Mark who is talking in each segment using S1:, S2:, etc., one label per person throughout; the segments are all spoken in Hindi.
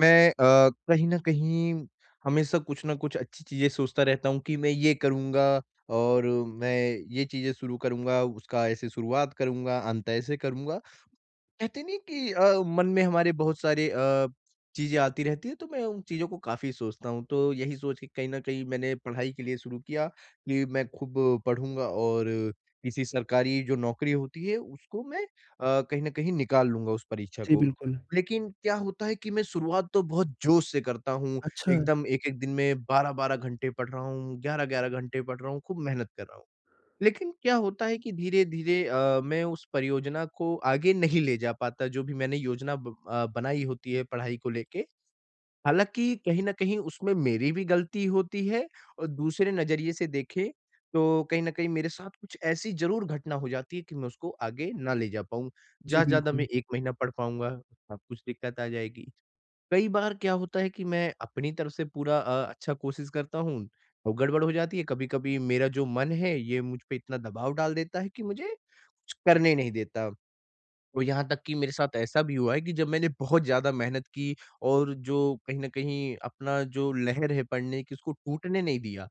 S1: मैं कहीं न कहीं हमेशा कुछ न कुछ अच्छी चीज़ें सोचता रहता हूँ कि मैं ये करूँगा और मैं ये चीज़ें शुरू करूँगा, उसका ऐसे शुरुआत करूँगा, अंत ऐसे करूँगा। कहते नहीं कि मन में हमारे बहुत सारे चीज़ें आती रहती है, तो मैं उन चीज़ों को काफ़ी सोचता हूँ। तो यही सोच के कहीं न कहीं मैंने पढ़ाई के लिए शुरू किया कि मैं खूब पढ़ूँगा और किसी सरकारी जो नौकरी होती है उसको मैं कहीं न कहीं निकाल लूँगा, उस परीक्षा
S2: जी,
S1: को।
S2: बिल्कुल।
S1: लेकिन क्या होता है कि मैं शुरुआत तो बहुत जोश से करता हूँ,
S2: अच्छा,
S1: एकदम एक-एक दिन में 12-12 घंटे पढ़ रहा हूँ, 11-11 घंटे पढ़ रहा हूँ, खूब मेहनत कर रहा हूँ। लेकिन क्या होता है कि धीरे-धीरे मैं उस परियोजना को आगे नहीं ले जा पाता, जो भी मैंने योजना बनाई होती है पढ़ाई को लेके। हालाँकि कहीं न कहीं उसमें मेरी भी गलती होती है और दूसरे नज़रिए से देखें, तो कहीं न कहीं मेरे साथ कुछ ऐसी ज़रूर घटना हो जाती है कि मैं उसको आगे ना ले जा पाऊँ।
S2: जी
S1: ज़्यादा से ज़्यादा मैं
S2: बिल्कुल।
S1: 1 महीना पढ़ पाऊँगा, उसके बाद कुछ दिक्कत आ जाएगी। कई बार क्या होता है कि मैं अपनी तरफ से पूरा अच्छा कोशिश करता हूँ और गड़बड़ हो जाती है। कभी-कभी मेरा जो मन है, ये मुझ पे इतना दबाव डाल देता है कि मुझे कुछ करने नहीं देता। और यहाँ तक कि मेरे साथ ऐसा भी हुआ है कि जब मैंने बहुत ज़्यादा मेहनत की और जो कहीं न कहीं अपना जो लहर है पढ़ने की, उसको टूटने नहीं दिया।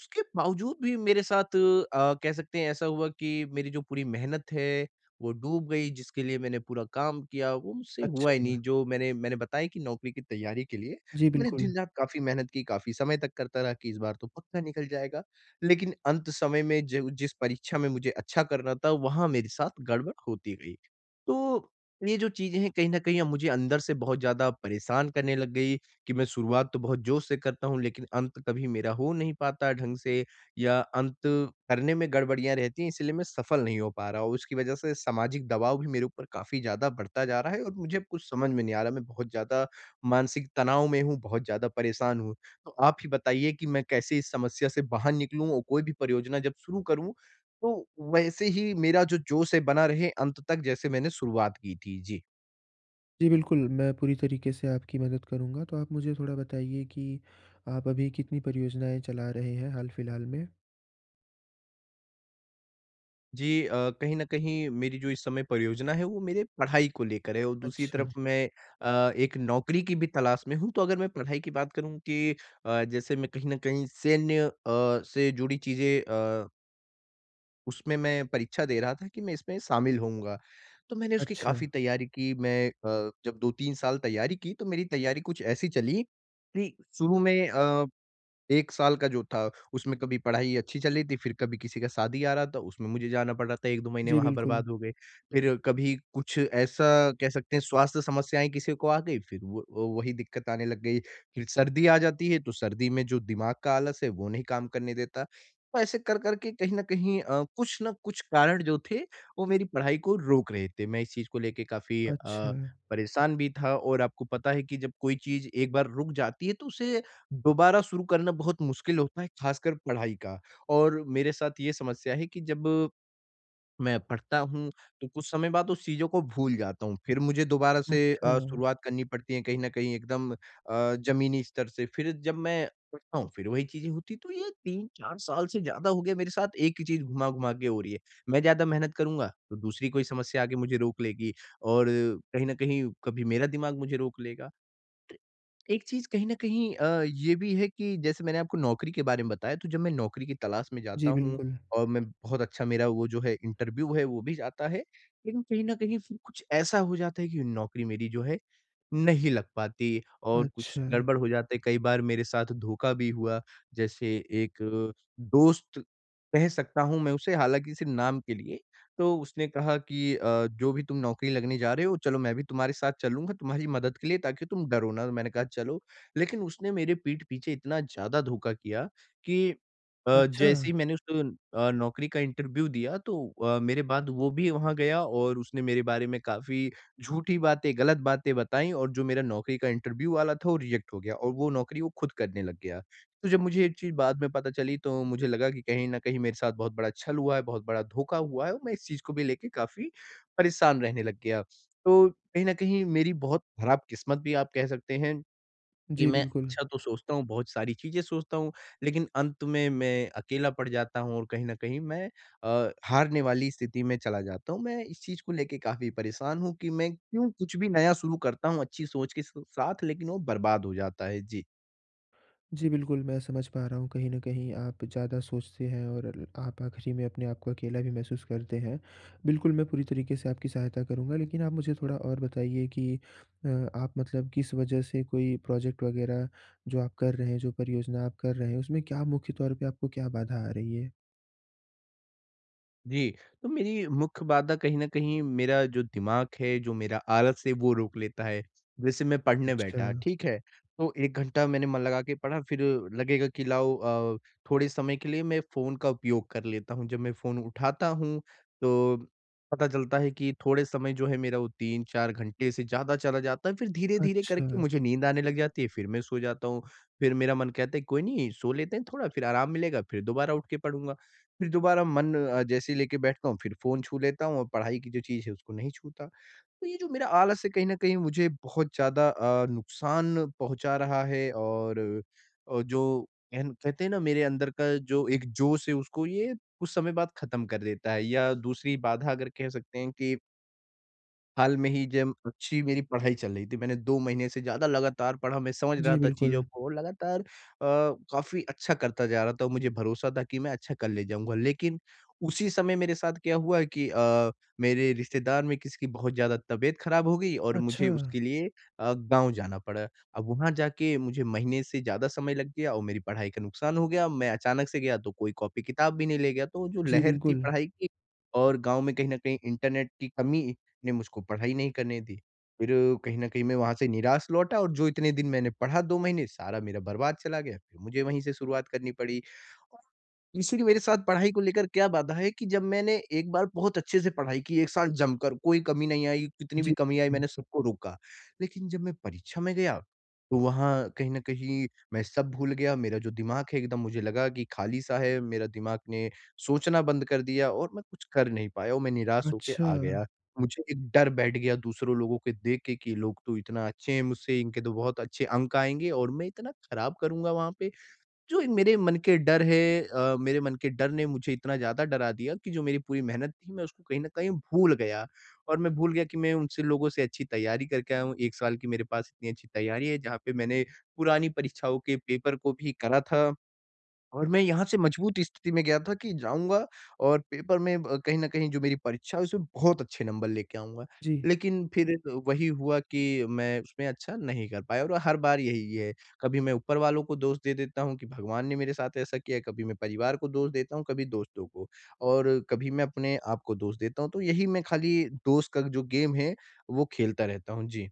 S1: उसके बावजूद भी मेरे साथ कह सकते हैं ऐसा हुआ कि मेरी जो पूरी मेहनत है, वो डूब गई। जिसके लिए मैंने पूरा काम किया, वो मुझसे हुआ
S2: अच्छा,
S1: ही नहीं। जो मैंने मैंने बताया कि नौकरी की तैयारी के लिए,
S2: जी
S1: तो मैंने
S2: बिल्कुल।
S1: दिन-रात काफ़ी मेहनत की, काफ़ी समय तक करता रहा कि इस बार तो पक्का निकल जाएगा। लेकिन अंत समय में, जो जिस परीक्षा में मुझे अच्छा करना था, वहाँ मेरे साथ गड़बड़ होती गई। तो ये जो चीज़ें हैं, कहीं न कहीं अब मुझे अंदर से बहुत ज़्यादा परेशान करने लग गई कि मैं शुरुआत तो बहुत जोश से करता हूँ, लेकिन अंत कभी मेरा हो नहीं पाता ढंग से, या अंत करने में गड़बड़ियाँ रहती हैं, इसलिए मैं सफल नहीं हो पा रहा हूँ। उसकी वजह से सामाजिक दबाव भी मेरे ऊपर काफ़ी ज़्यादा बढ़ता जा रहा है और मुझे अब कुछ समझ में नहीं आ रहा। मैं बहुत ज़्यादा मानसिक तनाव में हूँ, बहुत ज़्यादा परेशान हूँ। तो आप ही बताइए कि मैं कैसे इस समस्या से बाहर निकलूँ और कोई भी परियोजना जब शुरू करूँ, तो वैसे ही मेरा जो जोश है बना रहे अंत तक, जैसे मैंने शुरुआत की थी। जी।
S2: जी बिल्कुल, मैं पूरी तरीके से आपकी मदद करूँगा, तो आप मुझे थोड़ा बताइए कि आप अभी कितनी परियोजनाएँ चला रहे हैं हाल-फिलहाल में?
S1: जी कहीं न कहीं मेरी जो इस समय परियोजना है, वो मेरे पढ़ाई को लेकर है और दूसरी
S2: अच्छा,
S1: तरफ मैं एक नौकरी की भी तलाश में हूँ। तो अगर मैं पढ़ाई की बात करूँ कि जैसे मैं कहीं न कहीं सैन्य से जुड़ी चीज़ें, उसमें मैं परीक्षा दे रहा था कि मैं इसमें शामिल होऊँगा। तो मैंने उसकी
S2: अच्छा।
S1: काफ़ी तैयारी की। मैं जब 2-3 साल तैयारी की, तो मेरी तैयारी कुछ ऐसी चली कि शुरू में 1 साल का जो था, उसमें कभी पढ़ाई अच्छी चल रही थी, फिर कभी किसी का शादी आ रहा था, उसमें मुझे जाना पड़ रहा था, 1-2 महीने
S2: जी
S1: वहाँ
S2: बिल्कुल।
S1: बर्बाद हो गए। फिर कभी कुछ ऐसा कह सकते हैं, स्वास्थ्य समस्याएँ किसी को आ गई, फिर वो वही दिक्कत आने लग गई। फिर सर्दी आ जाती है, तो सर्दी में जो दिमाग का आलस है, वो नहीं काम करने देता। तो ऐसे कर कर के कहीं न कहीं कुछ न कुछ कारण जो थे, वो मेरी पढ़ाई को रोक रहे थे। मैं इस चीज़ को लेके काफ़ी
S2: अच्छा,
S1: परेशान भी था और आपको पता है कि जब कोई चीज़ एक बार रुक जाती है, तो उसे दोबारा शुरू करना बहुत मुश्किल होता है, खासकर पढ़ाई का। और मेरे साथ ये समस्या है कि जब मैं पढ़ता हूँ, तो कुछ समय बाद उस चीज़ों को भूल जाता हूँ। फिर मुझे दोबारा से
S2: अच्छा।
S1: शुरुआत करनी पड़ती है, कहीं न कहीं एकदम ज़मीनी स्तर से। फिर जब मैं पढ़ता हूँ, फिर वही चीज़ें होती, तो ये 3-4 साल से ज़्यादा हो गया मेरे साथ एक ही चीज़ घुमा-घुमा के हो रही है। मैं ज़्यादा मेहनत करूँगा, तो दूसरी कोई समस्या आके मुझे रोक लेगी और कहीं न कहीं कभी मेरा दिमाग मुझे रोक लेगा। एक चीज़ कहीं न कहीं ये भी है कि जैसे मैंने आपको नौकरी के बारे में बताया, तो जब मैं नौकरी की तलाश में जाता
S2: जी
S1: हूँ
S2: बिल्कुल।
S1: और मैं बहुत अच्छा मेरा वो जो है इंटरव्यू है, वो भी जाता है। लेकिन कहीं न कहीं फिर कुछ ऐसा हो जाता है कि नौकरी मेरी जो है, नहीं लग पाती और कुछ
S2: अच्छा,
S1: गड़बड़ हो जाता है। कई बार मेरे साथ धोखा भी हुआ। जैसे एक दोस्त कह सकता हूँ मैं उसे, हालाँकि सिर्फ़ नाम के लिए। तो उसने कहा कि "जो भी तुम नौकरी लगने जा रहे हो, चलो मैं भी तुम्हारे साथ चलूँगा तुम्हारी मदद के लिए, ताकि तुम डरो ना।" तो मैंने कहा, "चलो।" लेकिन उसने मेरे पीठ पीछे इतना ज़्यादा धोखा किया कि
S2: अच्छा।
S1: जैसे ही मैंने उसको नौकरी का इंटरव्यू दिया, तो मेरे बाद वो भी वहाँ गया और उसने मेरे बारे में काफ़ी झूठी बातें, गलत बातें बताई और जो मेरा नौकरी का इंटरव्यू वाला था, वो रिजेक्ट हो गया और वो नौकरी वो खुद करने लग गया। तो जब मुझे ये चीज़ बाद में पता चली, तो मुझे लगा कि कहीं न कहीं मेरे साथ बहुत बड़ा छल हुआ है, बहुत बड़ा धोखा हुआ है और मैं इस चीज़ को भी लेके काफ़ी परेशान रहने लग गया। तो कहीं न कहीं मेरी बहुत खराब किस्मत भी आप कह सकते हैं कि
S2: जी
S1: मैं
S2: बिल्कुल।
S1: अच्छा तो सोचता हूँ, बहुत सारी चीज़ें सोचता हूँ, लेकिन अंत में मैं अकेला पड़ जाता हूँ और कहीं न कहीं मैं हारने वाली स्थिति में चला जाता हूँ। मैं इस चीज़ को लेके काफ़ी परेशान हूँ कि मैं क्यों कुछ भी नया शुरू करता हूँ अच्छी सोच के स साथ, लेकिन वो बर्बाद हो जाता है। जी।
S2: जी, बिल्कुल, मैं समझ पा रहा हूँ कहीं न कहीं आप ज़्यादा सोचते हैं और आप आखिरी में अपने आप को अकेला भी महसूस करते हैं। बिल्कुल, मैं पूरी तरीके से आपकी सहायता करूँगा लेकिन आप मुझे थोड़ा और बताइए कि अ, आप मतलब किस वजह से कोई प्रोजेक्ट वग़ैरह जो आप कर रहे हैं, जो परियोजना आप कर रहे हैं, उसमें क्या मुख्य तौर पे आपको क्या बाधा आ रही है?
S1: जी, तो मेरी मुख्य बाधा कहीं न कहीं मेरा जो दिमाग है, जो मेरा आलस है वो रोक लेता है। जैसे मैं पढ़ने
S2: अच्छा,
S1: बैठा, ठीक है? तो 1 घंटा मैंने मन लगा के पढ़ा, फिर लगेगा कि लाओ थोड़े समय के लिए मैं फ़ोन का उपयोग कर लेता हूँ। जब मैं फ़ोन उठाता हूँ, तो पता चलता है कि थोड़े समय जो है मेरा, वो 3-4 घंटे से ज़्यादा चला जाता है। फिर धीरे-धीरे करके
S2: अच्छा।
S1: मुझे नींद आने लग जाती है, फिर मैं सो जाता हूँ। फिर मेरा मन कहता है, कोई नहीं सो लेते हैं थोड़ा, फिर आराम मिलेगा, फिर दोबारा उठ के पढ़ूँगा। फिर दोबारा मन जैसे ही लेके बैठता हूँ, फिर फ़ोन छू लेता हूँ और पढ़ाई की जो चीज़ है उसको नहीं छूता। तो ये जो मेरा आलस है, कहीं न कहीं मुझे बहुत ज़्यादा नुकसान पहुँचा रहा है और जो कहन कहते हैं ना, मेरे अंदर का जो एक जोश है उसको ये कुछ समय बाद ख़त्म कर देता है। या दूसरी बाधा अगर कह सकते हैं कि हाल में ही जब अच्छी मेरी पढ़ाई चल रही थी, मैंने 2 महीने से ज़्यादा लगातार पढ़ा, मैं समझ रहा
S2: जी,
S1: था
S2: बिल्कुल।
S1: चीज़ों को और लगातार काफ़ी अच्छा करता जा रहा था और मुझे भरोसा था कि मैं अच्छा कर ले जाऊँगा। लेकिन उसी समय मेरे साथ क्या हुआ कि मेरे रिश्तेदार में किसी की बहुत ज़्यादा तबीयत खराब हो गई और मुझे
S2: अच्छा।
S1: उसके लिए गाँव जाना पड़ा। अब वहाँ जाके मुझे महीने से ज़्यादा समय लग गया और मेरी पढ़ाई का नुकसान हो गया। मैं अचानक से गया तो कोई कॉपी किताब भी नहीं ले गया, तो जो
S2: जी,
S1: लहर थी
S2: बिल्कुल।
S1: पढ़ाई की और गाँव में कहीं न कहीं इंटरनेट की कमी ने मुझको पढ़ाई नहीं करने दी। फिर कहीं न कहीं मैं वहाँ से निराश लौटा और जो इतने दिन मैंने पढ़ा, 2 महीने, सारा मेरा बर्बाद चला गया। फिर मुझे वहीं से शुरुआत करनी पड़ी और इसीलिए मेरे साथ पढ़ाई को लेकर क्या बाधा है कि जब मैंने एक बार बहुत अच्छे से पढ़ाई की, एक साल जमकर, कोई कमी नहीं आई, कितनी भी
S2: जी।
S1: कमी आई
S2: हुँ।
S1: मैंने सबको रोका। लेकिन जब मैं परीक्षा में गया, तो वहाँ कहीं न कहीं मैं सब भूल गया, मेरा जो दिमाग है एकदम मुझे लगा कि खाली-सा है, मेरा दिमाग ने सोचना बंद कर दिया और मैं कुछ कर नहीं पाया और मैं निराश होके
S2: अच्छा।
S1: आ गया। मुझे एक डर बैठ गया दूसरों लोगों के देख के कि ये लोग तो इतना अच्छे हैं मुझसे, इनके तो बहुत अच्छे अंक आएँगे और मैं इतना खराब करूँगा वहाँ पे। जो एक मेरे मन के डर है मेरे मन के डर ने मुझे इतना ज़्यादा डरा दिया कि जो मेरी पूरी मेहनत थी, मैं उसको कहीं न कहीं भूल गया। और मैं भूल गया कि मैं उनसे लोगों से अच्छी तैयारी करके आया हूँ, 1 साल की मेरे पास इतनी अच्छी तैयारी है, जहाँ पे मैंने पुरानी परीक्षाओं के पेपर को भी करा था। और मैं यहाँ से मजबूत स्थिति में गया था कि जाऊँगा और पेपर में कहीं न कहीं जो मेरी परीक्षा है उसमें बहुत अच्छे नंबर लेके आऊँगा।
S2: जी।
S1: लेकिन फिर वही हुआ कि मैं उसमें अच्छा नहीं कर पाया और हर बार यही है। कभी मैं ऊपर वालों को दोष दे देता हूँ कि भगवान ने मेरे साथ ऐसा किया है, कभी मैं परिवार को दोष देता हूँ, कभी दोस्तों को और कभी मैं अपने आप को दोष देता हूँ। तो यही मैं खाली दोष का जो गेम है वो खेलता रहता हूँ। जी।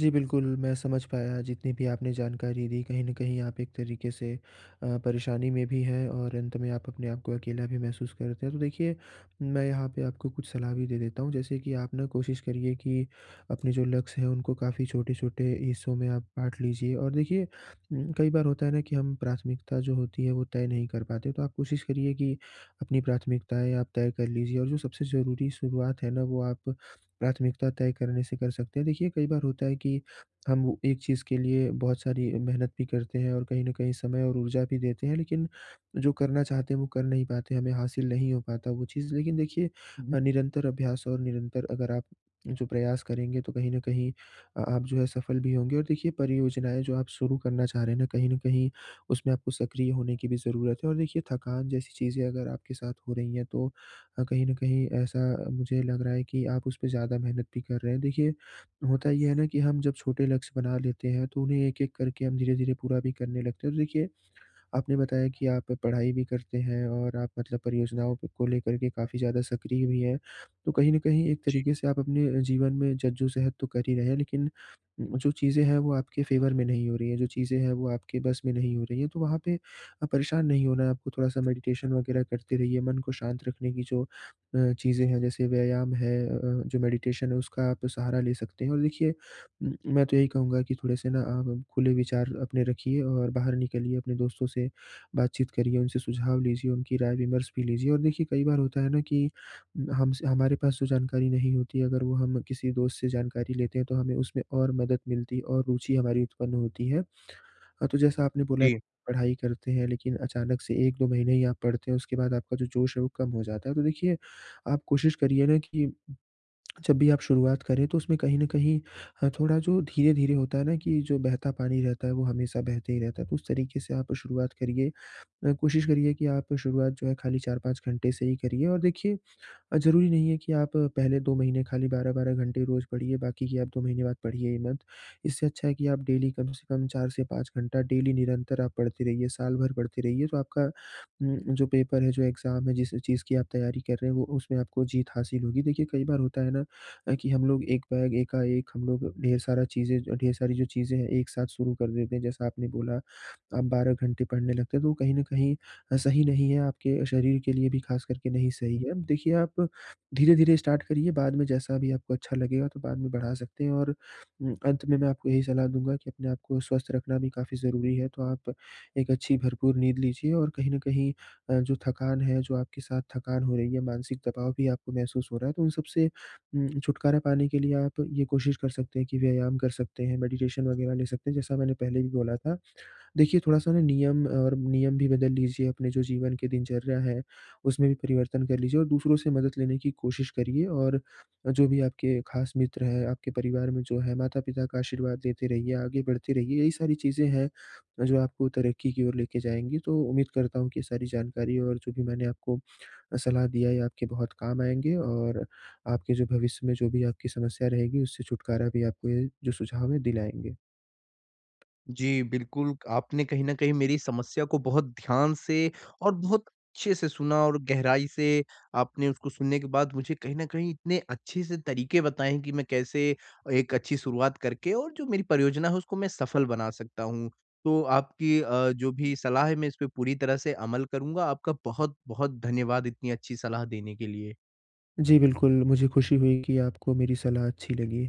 S2: जी, बिल्कुल, मैं समझ पाया जितनी भी आपने जानकारी दी, कहीं न कहीं आप एक तरीके से परेशानी में भी हैं और अंत में आप अपने आप को अकेला भी महसूस करते हैं। तो देखिए, मैं यहाँ पे आपको कुछ सलाह भी दे देता हूँ, जैसे कि आप ना कोशिश करिए कि अपने जो लक्ष्य हैं, उनको काफ़ी छोटे-छोटे हिस्सों में आप बाँट लीजिए और देखिए कई बार होता है ना कि हम प्राथमिकता जो होती है, वो तय नहीं कर पाते। तो आप कोशिश करिए कि अपनी प्राथमिकताएँ आप तय कर लीजिए और जो सबसे ज़रूरी शुरुआत है ना, वो आप प्राथमिकता तय करने से कर सकते हैं। देखिए, कई बार होता है कि हम वो एक चीज़ के लिए बहुत सारी मेहनत भी करते हैं और कहीं न कहीं समय और ऊर्जा भी देते हैं, लेकिन जो करना चाहते हैं, वो कर नहीं पाते, हमें हासिल नहीं हो पाता वो चीज़। लेकिन देखिए
S1: हुँ,
S2: निरंतर अभ्यास और निरंतर अगर आप जो प्रयास करेंगे, तो कहीं न कहीं आप जो है सफल भी होंगे और देखिए परियोजनाएँ जो आप शुरू करना चाह रहे हैं ना, कहीं न कहीं उसमें आपको सक्रिय होने की भी ज़रूरत है और देखिए थकान जैसी चीज़ें अगर आपके साथ हो रही हैं, तो कहीं न कहीं ऐसा मुझे लग रहा है कि आप उस पे ज़्यादा मेहनत भी कर रहे हैं। देखिए, होता ये है ना कि हम जब छोटे लक्ष्य बना लेते हैं, तो उन्हें एक-एक करके हम धीरे-धीरे पूरा भी करने लगते हैं। तो देखिए आपने बताया कि आप पढ़ाई भी करते हैं और आप मतलब परियोजनाओं पे को लेकर के काफ़ी ज़्यादा सक्रिय भी हैं। तो कहीं न कहीं एक
S1: जी।
S2: तरीके से आप अपने जीवन में जद्दोजहद तो कर ही रहे हैं लेकिन जो चीज़ें हैं वो आपके फ़ेवर में नहीं हो रही हैं, जो चीज़ें हैं वो आपके बस में नहीं हो रही हैं। तो वहाँ पे परेशान नहीं होना है आपको थोड़ा-सा मेडिटेशन वगैरह करते रहिए, मन को शांत रखने की जो चीज़ें हैं जैसे व्यायाम है, अ, जो मेडिटेशन है उसका आप सहारा ले सकते हैं। और देखिए मैं तो यही कहूँगा कि थोड़े-से ना आप खुले विचार अपने रखिए और बाहर निकलिए, अपने दोस्तों से बातचीत करिए, उनसे सुझाव लीजिए, उनकी राय-विमर्श भी लीजिए और देखिए कई बार होता है ना कि हमसे हमारे पास जो जानकारी नहीं होती, अगर वो हम किसी दोस्त से जानकारी लेते हैं, तो हमें उसमें और मदद मिलती और रुचि हमारी उत्पन्न होती है। तो जैसा आपने बोला
S1: जी।
S2: पढ़ाई करते हैं, लेकिन अचानक से 1-2 महीने ही आप पढ़ते हैं, उसके बाद आपका जो जोश है वो कम हो जाता है। तो देखिए, आप कोशिश करिए ना कि जब भी आप शुरुआत करें तो उसमें कहीं न कहीं थोड़ा जो धीरे-धीरे होता है ना कि जो बहता पानी रहता है वो हमेशा बहते ही रहता है, तो उस तरीके से आप शुरुआत करिए। कोशिश करिए कि आप शुरुआत जो है खाली 4-5 घंटे से ही करिए और देखिए ज़रूरी नहीं है कि आप पहले 2 महीने खाली 12-12 घंटे रोज़ पढ़िए, बाकी के आप 2 महीने बाद पढ़िए ही मत। इससे अच्छा है कि आप डेली कम से कम 4 से 5 घंटा डेली निरंतर आप पढ़ते रहिए, साल भर पढ़ते रहिए, तो आपका जो पेपर है, जो एग्ज़ाम है, जिस चीज़ की आप तैयारी कर रहे हैं, वो उसमें आपको जीत हासिल होगी। देखिए, कई बार होता है ना कि हम लोग एक बैग एकाएक हम लोग ढेर सारा चीज़ें ढेर सारी जो चीज़ें हैं, एक साथ शुरू कर देते हैं। जैसा आपने बोला, आप 12 घंटे पढ़ने लगते हैं, तो कहीं न कहीं सही नहीं है, आपके शरीर के लिए भी ख़ास करके नहीं सही है। देखिए, आप धीरे-धीरे स्टार्ट करिए, बाद में जैसा भी आपको अच्छा लगेगा तो बाद में बढ़ा सकते हैं और अंत में मैं आपको यही सलाह दूँगा कि अपने आप को स्वस्थ रखना भी काफ़ी ज़रूरी है, तो आप एक अच्छी भरपूर नींद लीजिए और कहीं न कहीं जो थकान है, जो आपके साथ थकान हो रही है, मानसिक दबाव भी आपको महसूस हो रहा है, तो उन सबसे छुटकारा पाने के लिए आप ये कोशिश कर सकते हैं कि व्यायाम कर सकते हैं, मेडिटेशन वग़ैरह ले सकते हैं, जैसा मैंने पहले भी बोला था। देखिए, थोड़ा-सा ना नियम और नियम भी बदल लीजिए, अपने जो जीवन की दिनचर्या है, उसमें भी परिवर्तन कर लीजिए और दूसरों से मदद लेने की कोशिश करिए और जो भी आपके खास मित्र हैं, आपके परिवार में जो है, माता-पिता का आशीर्वाद लेते रहिए, आगे बढ़ते रहिए। यही सारी चीज़ें हैं, जो आपको तरक्की की ओर लेके जाएँगी। तो उम्मीद करता हूँ कि ये सारी जानकारी और जो भी मैंने आपको सलाह दिया, ये आपके बहुत काम आएँगे और आपके जो भविष्य में जो भी आपकी समस्या रहेगी, उससे छुटकारा भी आपको ये जो सुझाव है, दिलाएँगे।
S1: जी, बिल्कुल, आपने कहीं न कहीं मेरी समस्या को बहुत ध्यान से और बहुत अच्छे से सुना और गहराई से आपने उसको सुनने के बाद मुझे कहीं न कहीं इतने अच्छे से तरीके बताए हैं कि मैं कैसे एक अच्छी शुरुआत करके और जो मेरी परियोजना है उसको मैं सफल बना सकता हूँ। तो आपकी जो भी सलाह है, मैं इस पे पूरी तरह से अमल करूँगा। आपका बहुत-बहुत धन्यवाद इतनी अच्छी सलाह देने के लिए।
S2: जी, बिल्कुल, मुझे खुशी हुई कि आपको मेरी सलाह अच्छी लगी।